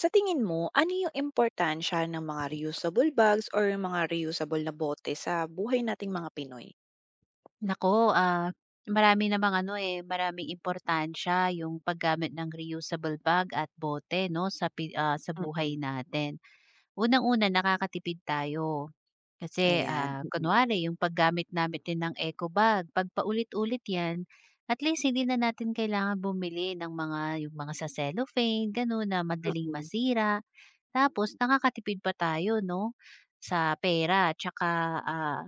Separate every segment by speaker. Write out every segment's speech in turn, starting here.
Speaker 1: Sa tingin mo, ano yung importansya ng mga reusable bags or mga reusable na bote sa buhay nating mga Pinoy?
Speaker 2: Nako, marami namang ano, maraming importansya yung paggamit ng reusable bag at bote 'no sa sa
Speaker 1: Mm.
Speaker 2: buhay natin. Unang-una nakakatipid tayo. Kasi,
Speaker 1: Ayan, mm.
Speaker 2: kunwari yung paggamit natin ng eco bag 'pag paulit-ulit 'yan, at least hindi na natin kailangan bumili ng mga yung mga sa cellophane gano'n na madaling
Speaker 1: Mm.
Speaker 2: masira. Tapos nakakatipid pa tayo 'no, sa pera 'tsaka, ah,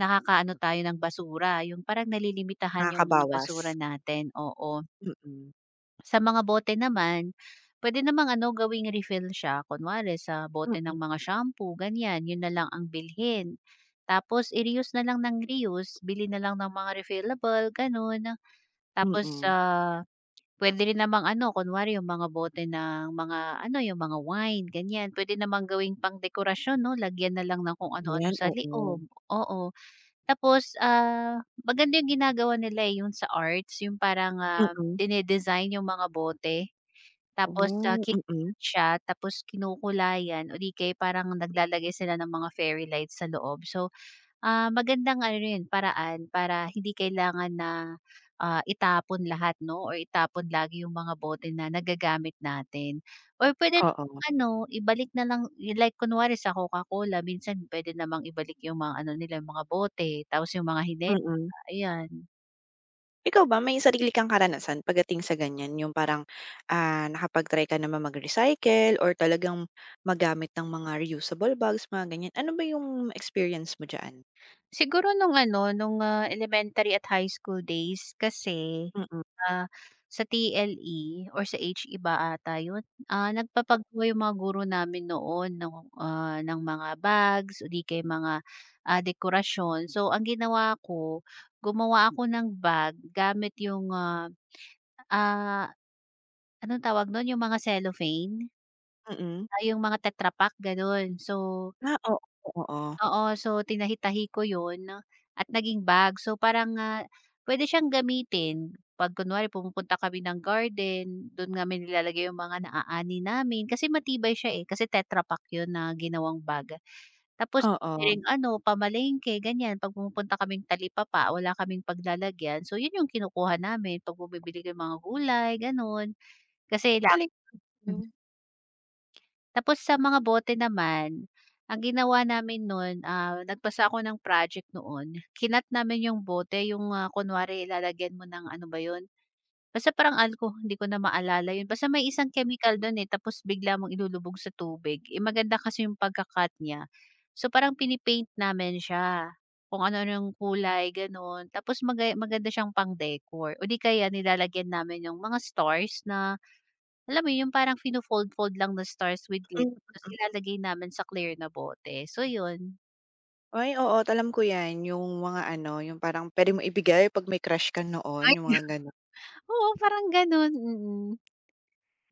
Speaker 2: nakakaano tayo ng basura, yung parang nalilimitahan yung mga
Speaker 1: Nakakabawas.
Speaker 2: basura natin, oo.
Speaker 1: Mm.
Speaker 2: Sa mga bote naman, pwede namang ano, gawing refill siya. Kunwari sa bote ng
Speaker 1: Mm.
Speaker 2: mga shampoo, ganyan, yun na lang ang bilhin. Tapos i-reuse na lang ng reuse, bili na lang ng mga refillable, gano'n. Tapos,
Speaker 1: Mm.
Speaker 2: puwede rin namang ano, kunwari yung mga bote ng mga ano, yung mga wine, ganyan. Pwede namang gawing pangdekorasyon 'no, lagyan na lang ng kung ano-ano
Speaker 1: Ayan,
Speaker 2: sa
Speaker 1: oo.
Speaker 2: liog, oo. Tapos, maganda yung ginagawa nila, eh, yung sa arts, yung parang,
Speaker 1: Mm.
Speaker 2: dine-design yung mga bote tapos,
Speaker 1: Oh,
Speaker 2: kinakat
Speaker 1: mm.
Speaker 2: siya tapos kinukulayan o di kaya parang naglalagay sila ng mga fairy lights sa loob. So, magandang ano rin paraan para hindi kailangan na, itapon lahat 'no or itapon lagi yung mga bote na nagagamit natin or pwede
Speaker 1: Oo,
Speaker 2: ano, ibalik na lang like kunwari sa Coca-Cola minsan pwede namang ibalik yung mga ano nila, yung mga bote tapos yung mga hinela,
Speaker 1: mm.
Speaker 2: ayan.
Speaker 1: Ikaw ba may sarili kang karanasan pagdating sa ganyan, yung parang, nakapag-try ka naman mag-recycle or talagang magamit ng mga reusable bags, mga ganyan? Ano ba yung experience mo diyan?
Speaker 2: Siguro nung ano, nung, elementary at high school days kasi,
Speaker 1: Mm,
Speaker 2: ah, sa TLE or sa HE ba ata yun, nagpapagawa yung mga guro namin noon ng, ng mga bags o di kaya mga, dekorasyon. So, ang ginawa ko, gumawa ako ng bag gamit yung, ah, anong tawag nun, yung mga cellophane,
Speaker 1: mm.
Speaker 2: yung mga tetrapak Pak, ganun. So
Speaker 1: Ah, oo, oo.
Speaker 2: oo, so tinahi-tahi ko 'yun at naging bag. So parang, pwede siyang gamitin 'pag kunwari pumupunta kami ng garden, do'n namin nilalagay 'yung mga naaani namin kasi matibay siya, eh, kasi Tetra Pak 'yun na ginawang bag. Tapos puwede
Speaker 1: Oo.
Speaker 2: ring ano, pamalengke ganiyan, 'pag pumupunta kaming talipapa, wala kaming paglalagyan, so 'yun 'yung kinukuha namin 'pag bumibili kami mga gulay gano'n, kasi
Speaker 1: Ang
Speaker 2: la
Speaker 1: galing mo.
Speaker 2: Tapos sa mga bote naman, ang ginawa namin noon nagpasa ako ng project noon. Kinat namin yung bote, yung, kunwari lalagyan mo ng ano ba yun, basta parang hindi ko na maalala yun. Basta may isang chemical dun, eh, tapos bigla mong ilulubog sa tubig. Eh, maganda kasi yung pagka niya. So, parang pinipaint namin siya, kung ano-ano yung kulay, gano'n. Tapos maganda siyang pang-decor o di kaya nilalagyan namin yung mga stars na alam mo yung parang fino-fold-fold lang na stars with glitter
Speaker 1: Hmm.
Speaker 2: tapos ilalagay namin sa clear na bote, so yun.
Speaker 1: Ay, oo, alam ko 'yan, yung mga ano, yung parang puwede mo ibigay 'pag may crush ka noon, yung
Speaker 2: Ay.
Speaker 1: mga gan.
Speaker 2: Oo, parang gano'n, mm,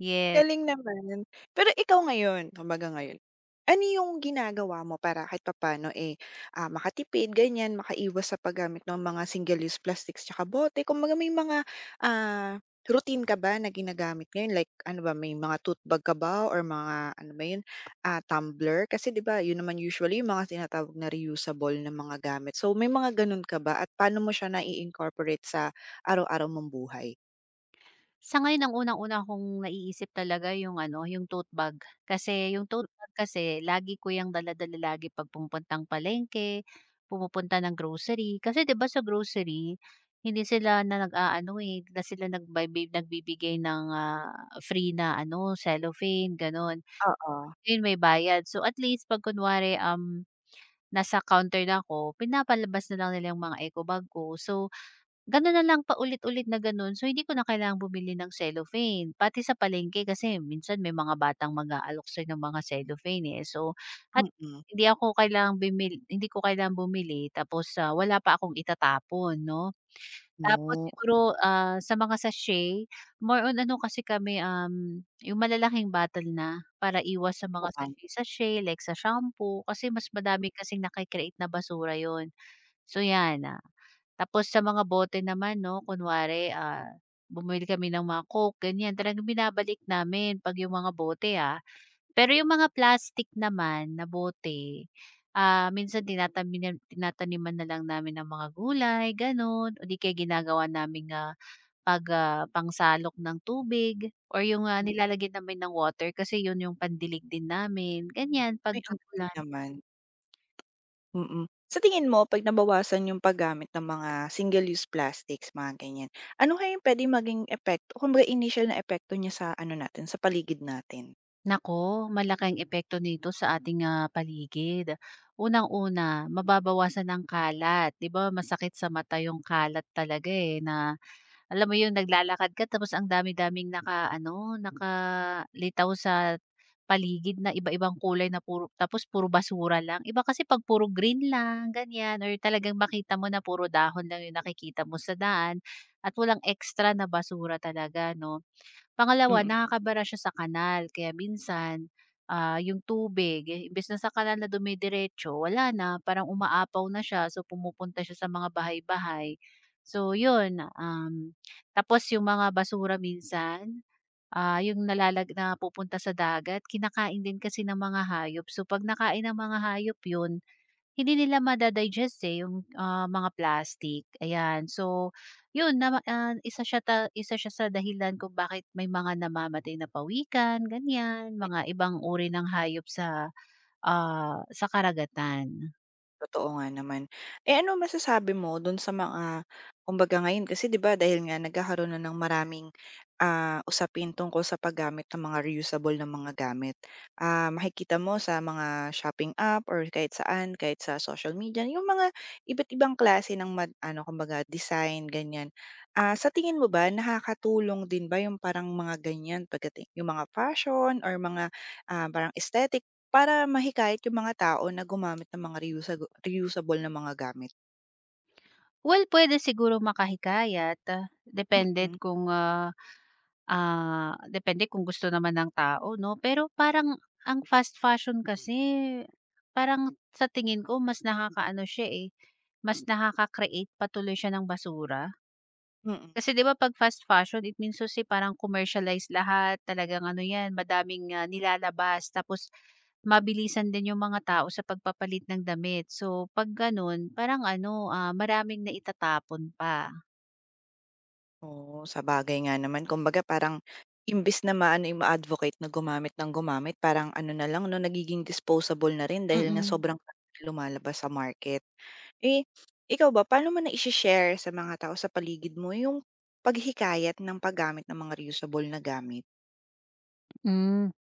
Speaker 2: yes.
Speaker 1: Galing naman. Pero ikaw ngayon, kumbaga ngayon, ano yung ginagawa mo para kahit papaano, eh, makatipid ganyan, makaiwas sa paggamit ng mga single-use plastics tsaka bote? Kumbaga may mga, ah, routine ka ba na ginagamit ngayon like ano ba, may mga tote bag ka ba or mga ano ba yun, tumbler? Kasi 'di ba yun naman usually yung mga tinatawag na reusable na mga gamit. So may mga ganun ka ba at paano mo siya nai-incorporate sa araw-araw mong buhay?
Speaker 2: Sa ngayon ang unang-una kong naiisip talaga yung ano, yung tote bag. Kasi yung
Speaker 1: Hmm,
Speaker 2: tote bag kasi lagi ko yung dala-dala lagi 'pag pumupuntang palengke, pumupunta ng grocery. Kasi 'di ba sa grocery, hindi sila na nag-aano, eh, hindi na sila nagbibigay ng, free na ano, cellophane gano'n.
Speaker 1: oo,
Speaker 2: Ayun, may bayad. So, at least 'pag kunwari, nasa counter na ako, pinapalabas na lang nila yung mga eco bag ko. So, gano'n na lang paulit-ulit na gano'n. So, hindi ko na kailangang bumili ng cellophane. Pati sa palengke kasi minsan may mga batang mag-aalok-sir ng mga cellophane, eh. So, at
Speaker 1: mm.
Speaker 2: hindi ako kailangang bumili hindi ko kailangang bumili tapos, wala pa akong itatapon, 'no? Tapos
Speaker 1: Oh.
Speaker 2: siguro, sa mga sachet, more on ano kasi kami, yung malalaking bottle na para iwas sa mga
Speaker 1: Oo, ah.
Speaker 2: sachet-sachet like sa shampoo kasi mas madami kasing naki na basura yon. So yan, tapos sa mga bote naman 'no, kunwari, bumili kami ng mga Coke ganyan, talagang binabalik namin 'pag yung mga bote, ah. Pero yung mga plastic naman na bote, minsan tinataniman na lang namin ng mga gulay gano'n o di kaya ginagawa namin nga pag, pangsalok ng tubig or yung,
Speaker 1: Hmm.
Speaker 2: nilalagyan namin ng water kasi yun yung pandilig din namin, ganyan pag
Speaker 1: Uy, ang galing
Speaker 2: tag-ulan.
Speaker 1: naman, mm. Sa tingin mo 'pag nabawasan yung paggamit ng mga single-use plastics, mga ganyan, ano kaya yung puwedeng maging epekto kumbaga initial na epekto niya sa ano natin, sa paligid natin?
Speaker 2: Malaking epekto nito sa ating, paligid. Unang-una, mababawasan ng kalat, 'di ba masakit sa mata yung kalat talaga, eh, na alam mo 'yun, naglalakad ka tapos ang dami-daming nakaano, nakalitaw sa paligid na iba-ibang kulay na puro tapos puro basura lang. Iba kasi 'pag puro green lang, ganiyan or talagang makita mo na puro dahon lang 'yung nakikita mo sa daan at walang extra na basura talaga 'no. Pangalawa,
Speaker 1: Mm.
Speaker 2: nakakabara siya sa kanal kaya minsan, yung tubig, eh, imbes na sa kanal na dumidiretso wala na, parang umaapaw na siya so pumupunta siya sa mga bahay-bahay. So yun, tapos yung mga basura minsan, yung nalalag na napupunta sa dagat kinakain din kasi ng mga hayop so 'pag nakain ng mga hayop yun, hindi nila madadigest eh, yung, mga plastic, ayan. So, yun nama isa siya sa dahilan kung bakit may mga namamatay na pawikan, ganyan, mga ibang uri ng hayop sa, sa karagatan.
Speaker 1: Totoo nga naman. Eh, ano masasabi mo dun sa mga kumbaga ngayon kasi 'di ba dahil nga nagkakaroon na ng maraming, usapin tungkol sa paggamit ng mga reusable na mga gamit. Makikita mo sa mga shopping app or kahit saan, kahit sa social media, yung mga iba't ibang klase ng ano kumbaga design, ganyan. Sa tingin mo ba nakakatulong din ba yung parang mga ganyan pagdating yung mga fashion or mga, parang aesthetic para mahikayat yung mga tao na gumamit ng mga reusable na mga gamit.
Speaker 2: Well, pwede siguro makahikayat, depende
Speaker 1: Mm,
Speaker 2: kung, depende kung gusto naman ng tao 'no, pero parang ang fast fashion kasi parang sa tingin ko mas nakakaano siya, eh, mas nakaka-create patuloy siya ng basura.
Speaker 1: mm.
Speaker 2: Kasi 'di ba 'pag fast fashion it means to say parang commercialized lahat, talagang ano 'yan madaming, nilalabas tapos mabilisan din yung mga tao sa pagpapalit ng damit. So 'pag gano'n parang ano, maraming naitatapon pa,
Speaker 1: Oo, sabagay nga naman kumbaga parang imbis na maano, eh, ma-advocate na gumamit ng gumamit parang ano na lang 'no, nagiging disposable na rin dahil nga
Speaker 2: mm.
Speaker 1: sobrang dami na lumalabas sa market. Eh, ikaw ba paano mo naishi-share sa mga tao sa paligid mo yung paghikayat ng paggamit ng mga reusable na gamit?
Speaker 2: Hmm.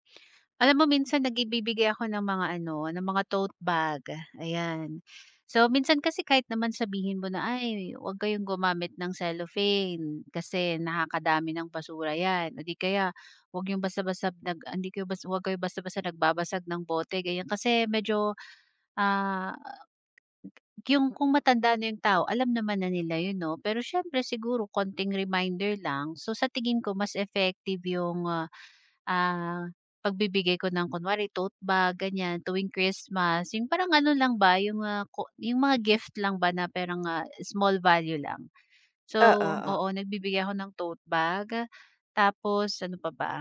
Speaker 2: Alam mo minsan nagibibigay ako ng mga ano, ng mga tote bag, ayan. So, minsan kasi kahit naman sabihin mo na, "Ay, huwag kayong gumamit ng cellophane kasi nakakadami ng basura 'yan." O di kaya, "Huwag yung basta-basta nag hindi kayo bas huwag kayo basta-basta nagbabasag ng bote." Ganyan. Kasi medyo, ah, yung kung matanda na yung tao, alam naman na nila 'yun 'no. Pero syempre siguro konting reminder lang. So, sa tingin ko mas effective yung, ah, pagbibigay ko ng kunwari tote bag ganyan tuwing Christmas, yung parang ano lang ba yung, ko yung mga gift lang ba na parang, small value lang. So,
Speaker 1: Oo, oo.
Speaker 2: oo nagbibigay ako ng tote bag, tapos ano pa ba?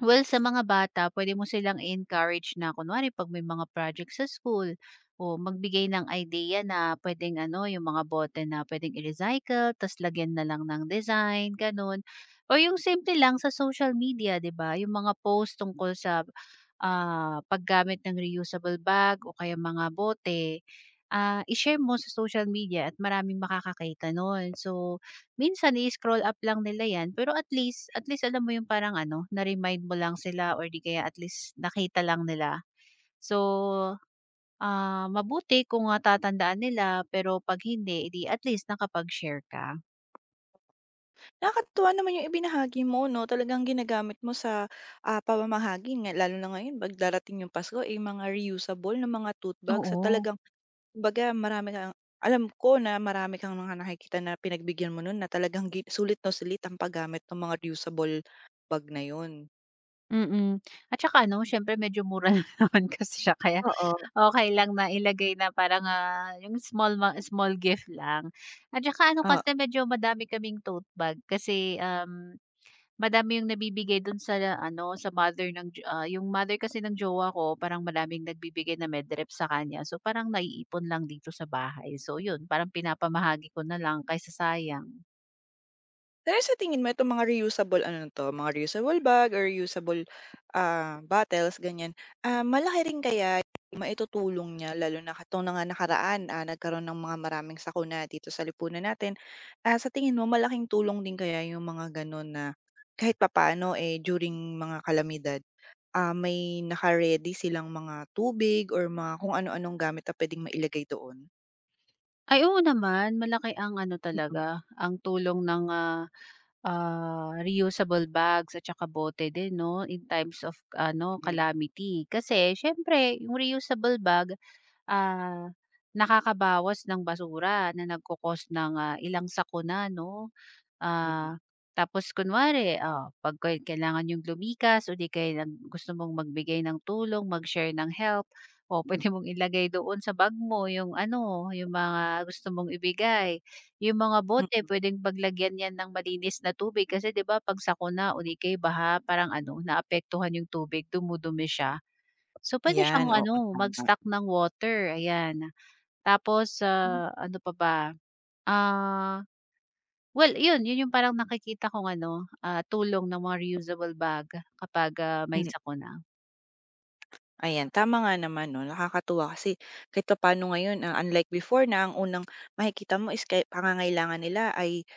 Speaker 2: Well, sa mga bata pwede mo silang encourage na kunwari 'pag may mga project sa school o magbigay ng idea na puwedeng ano, yung mga bote na puwedeng i-recycle ta's lagyan na lang ng design, gano'n. O yung simple lang sa social media, 'di ba, yung mga post tungkol sa, paggamit ng reusable bag o kaya mga bote, i-share mo sa social media at maraming makakakita nun. So minsan i-scroll up lang nila 'yan, pero at least alam mo 'yung parang ano, na-remind mo lang sila or 'di kaya at least nakita lang nila. So, mabuti kung, tatandaan nila pero 'pag hindi, eh, 'di at least nakapag-share ka.
Speaker 1: Nakakatuwa naman yung ibinahagi mo 'no, talagang ginagamit mo sa, pamamahagi nga lalo na ngayon 'pag darating yung Pasko, eh, mga reusable na mga tote bags sa
Speaker 2: Oo,
Speaker 1: talagang kumbaga marami kang alam ko na marami kang mga nakikita na pinagbigyan mo nun na talagang sulit na sulit ang paggamit ng mga reusable bag na yun.
Speaker 2: mm. Mm. At saka ano, siyempre medyo mura lang naman kasi siya kaya okey lang na ilagay na parang, 'yung small gift lang. At saka ano
Speaker 1: Oo.
Speaker 2: kasi medyo madami kaming tote bag kasi, um. Madami yung nabibigay dun sa ano, sa mother ng jo ah, yung mother kasi ng jowa ko parang maraming nagbibigay na medrep sa kanya. So, parang naiipon lang dito sa bahay. So, yun parang pinapamahagi ko na lang kaysa sayang.
Speaker 1: Pero sa tingin mo itong mga reusable ano 'to, mga reusable bag or reusable, bottles ganyan, malaki rin kaya yung maitutulong niya lalo na katong na nga nakaraan, nagkaroon ng mga maraming sakuna dito sa lipunan natin. Sa tingin mo malaking tulong din kaya yung mga gano'n na kahit papaano, eh, during mga kalamidad, may naka silang mga tubig or mga kung ano-anong gamit na puwedeng mailagay doon?
Speaker 2: Ay, oo naman malaki ang ano
Speaker 1: Mm,
Speaker 2: talaga, ang tulong ng, reusable bags at saka bote din 'no, in times of ano,
Speaker 1: mm,
Speaker 2: calamity. Kasi siyempre yung reusable bag, ah, nakakabawas ng basura na nagko ng, ilang sakuna 'no.
Speaker 1: mm,
Speaker 2: Ah, tapos kunwari, 'pag kailangan niyong lumikas o di kaya gusto mong magbigay ng tulong, mag-share ng help, o pwede mong ilagay doon sa bag mo yung ano, yung mga gusto mong ibigay. Yung mga bote
Speaker 1: mm.
Speaker 2: puwedeng paglagyan 'yan ng malinis na tubig kasi 'di ba 'pag sakuna o di kaya baha parang ano, naapektuhan yung tubig, dumudumi siya. So, pwede siyang
Speaker 1: Ayan, oo,
Speaker 2: ano,
Speaker 1: tama.
Speaker 2: mag-stock ng water, ayan. Tapos, ano pa ba, ah well, yun, yun yung parang nakikita kong ano, tulong ng mga reusable bag kapag, may
Speaker 1: Mm.
Speaker 2: sakuna.
Speaker 1: Ayan, tama nga naman 'no, nakakatuwa kasi kahit papaano ngayon, unlike before na ang unang makikita mo is kay pangangailangan nila ay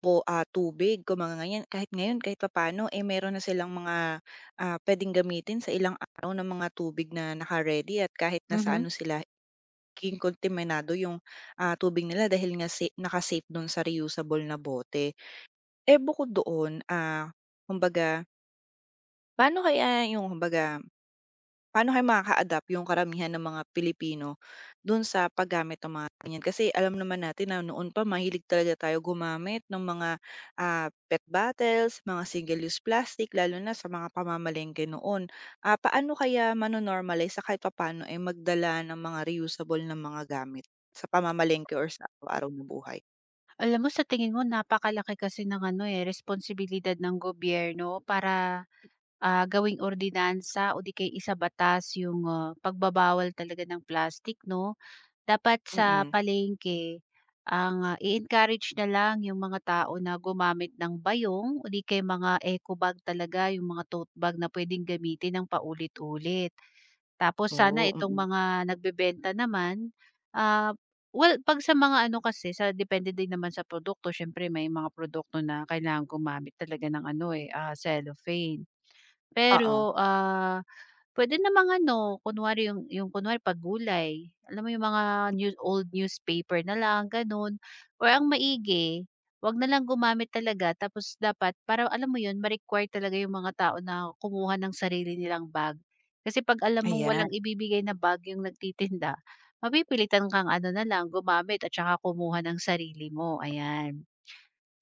Speaker 1: po tubig kung mga ganyan. Kahit ngayon, kahit paano, eh, meron na silang mga, puwedeng gamitin sa ilang araw na mga tubig na naka-ready at kahit nasa
Speaker 2: Mhm.
Speaker 1: ano sila, nagiging kontaminado yung, tubig nila dahil nga sa naka-safe do'n sa reusable na bote. Eh, bukod doon, kumbaga, paano kaya yung kumbaga Paano kaya makaka-adapt yung karamihan ng mga Pilipino dun sa paggamit ng mga ganyan? Kasi alam naman natin na noon pa mahilig talaga tayo gumamit ng mga, PET bottles, mga single-use plastic lalo na sa mga pamamalengke noon. Paano kaya mano-normalize sa kahit paano ay magdala ng mga reusable na mga gamit sa pamamalengke or sa araw-araw na buhay?
Speaker 2: Alam mo sa tingin mo napakalaki kasi ng ano, eh, responsibilidad ng gobyerno para, gawing ordinansa o di kay isa batas yung, pagbabawal talaga ng plastic 'no. Dapat sa
Speaker 1: Mm.
Speaker 2: palengke ang, i-encourage na lang yung mga tao na gumamit ng bayong o di kaya mga eco bag talaga, yung mga tote bag na puwedeng gamitin ng paulit-ulit. Tapos sana
Speaker 1: Oo,
Speaker 2: itong
Speaker 1: mm.
Speaker 2: mga nagbebenta naman, ah, well, 'pag sa mga ano kasi sa depende din naman sa produkto siyempre may mga produkto na kailangan gumamit talaga ng ano, eh, cellophane.
Speaker 1: Oo,
Speaker 2: Pero, puwede namang ano, kunwari yung kunwari 'pag gulay, alam mo yung mga newspaper na lang gano'n or ang maigi, 'wag na lang gumamit talaga tapos dapat para alam mo yun ma-require talaga yung mga tao na kumuha ng sarili nilang bag. Kasi 'pag alam mong
Speaker 1: ayan.
Speaker 2: walang ibibigay na bag yung nagtitinda, mapipilitan kang ano na lang gumamit at saka kumuha ng sarili mo, ayan.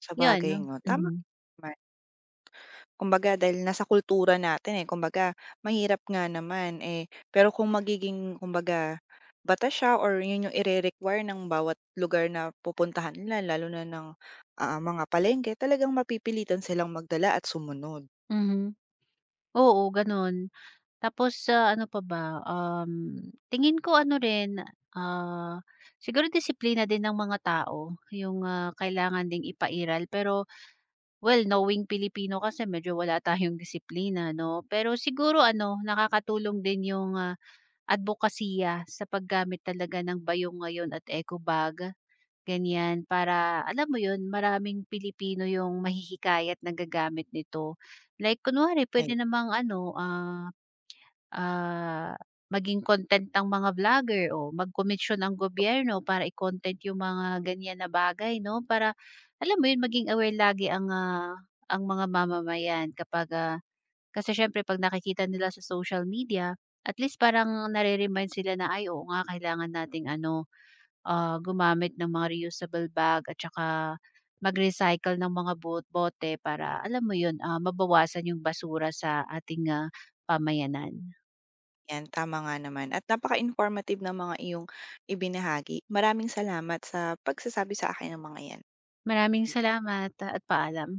Speaker 1: Sa
Speaker 2: Yun,
Speaker 1: bagay
Speaker 2: no?
Speaker 1: 'no, tama.
Speaker 2: Mhm.
Speaker 1: Kumbaga dahil nasa kultura natin, eh, kumbaga mahirap nga naman, eh, pero kung magiging kumbaga bata siya or yun yung ire-require ng bawat lugar na pupuntahan nila lalo na ng, mga palengke talagang mapipilitan silang magdala at sumunod.
Speaker 2: Mhm. Oo, gano'n. Tapos sa ano pa ba, tingin ko ano rin, ah, siguro disiplina din ng mga tao yung, kailangan ding ipairal pero well knowing Pilipino kasi medyo wala tayong disiplina 'no. Pero siguro ano nakakatulong din yung, adbokasya sa paggamit talaga ng bayong ngayon at eco bag, ganyan. Para alam mo yun maraming Pilipino yung mahihikayat na gagamit nito. Like kunwari puwede
Speaker 1: Ay
Speaker 2: namang ano, ah, maging content ang mga vlogger o mag-komisyon ang gobyerno para i-content yung mga ganyan na bagay 'no, para alam mo yun maging aware lagi ang, ang mga mamamayan kapag, kasi siyempre 'pag nakikita nila sa social media at least parang nare-remind sila na, "Ay oo nga kailangan nating ano, gumamit ng mga reusable bag at saka mag-recycle ng mga bote para alam mo yun, mabawasan yung basura sa ating, pamayanan."
Speaker 1: yan, tama nga naman at napaka-informative ng mga iyong ibinahagi. Maraming salamat sa pagsasabi sa akin ng mga yan.
Speaker 2: Maraming salamat, at paalam.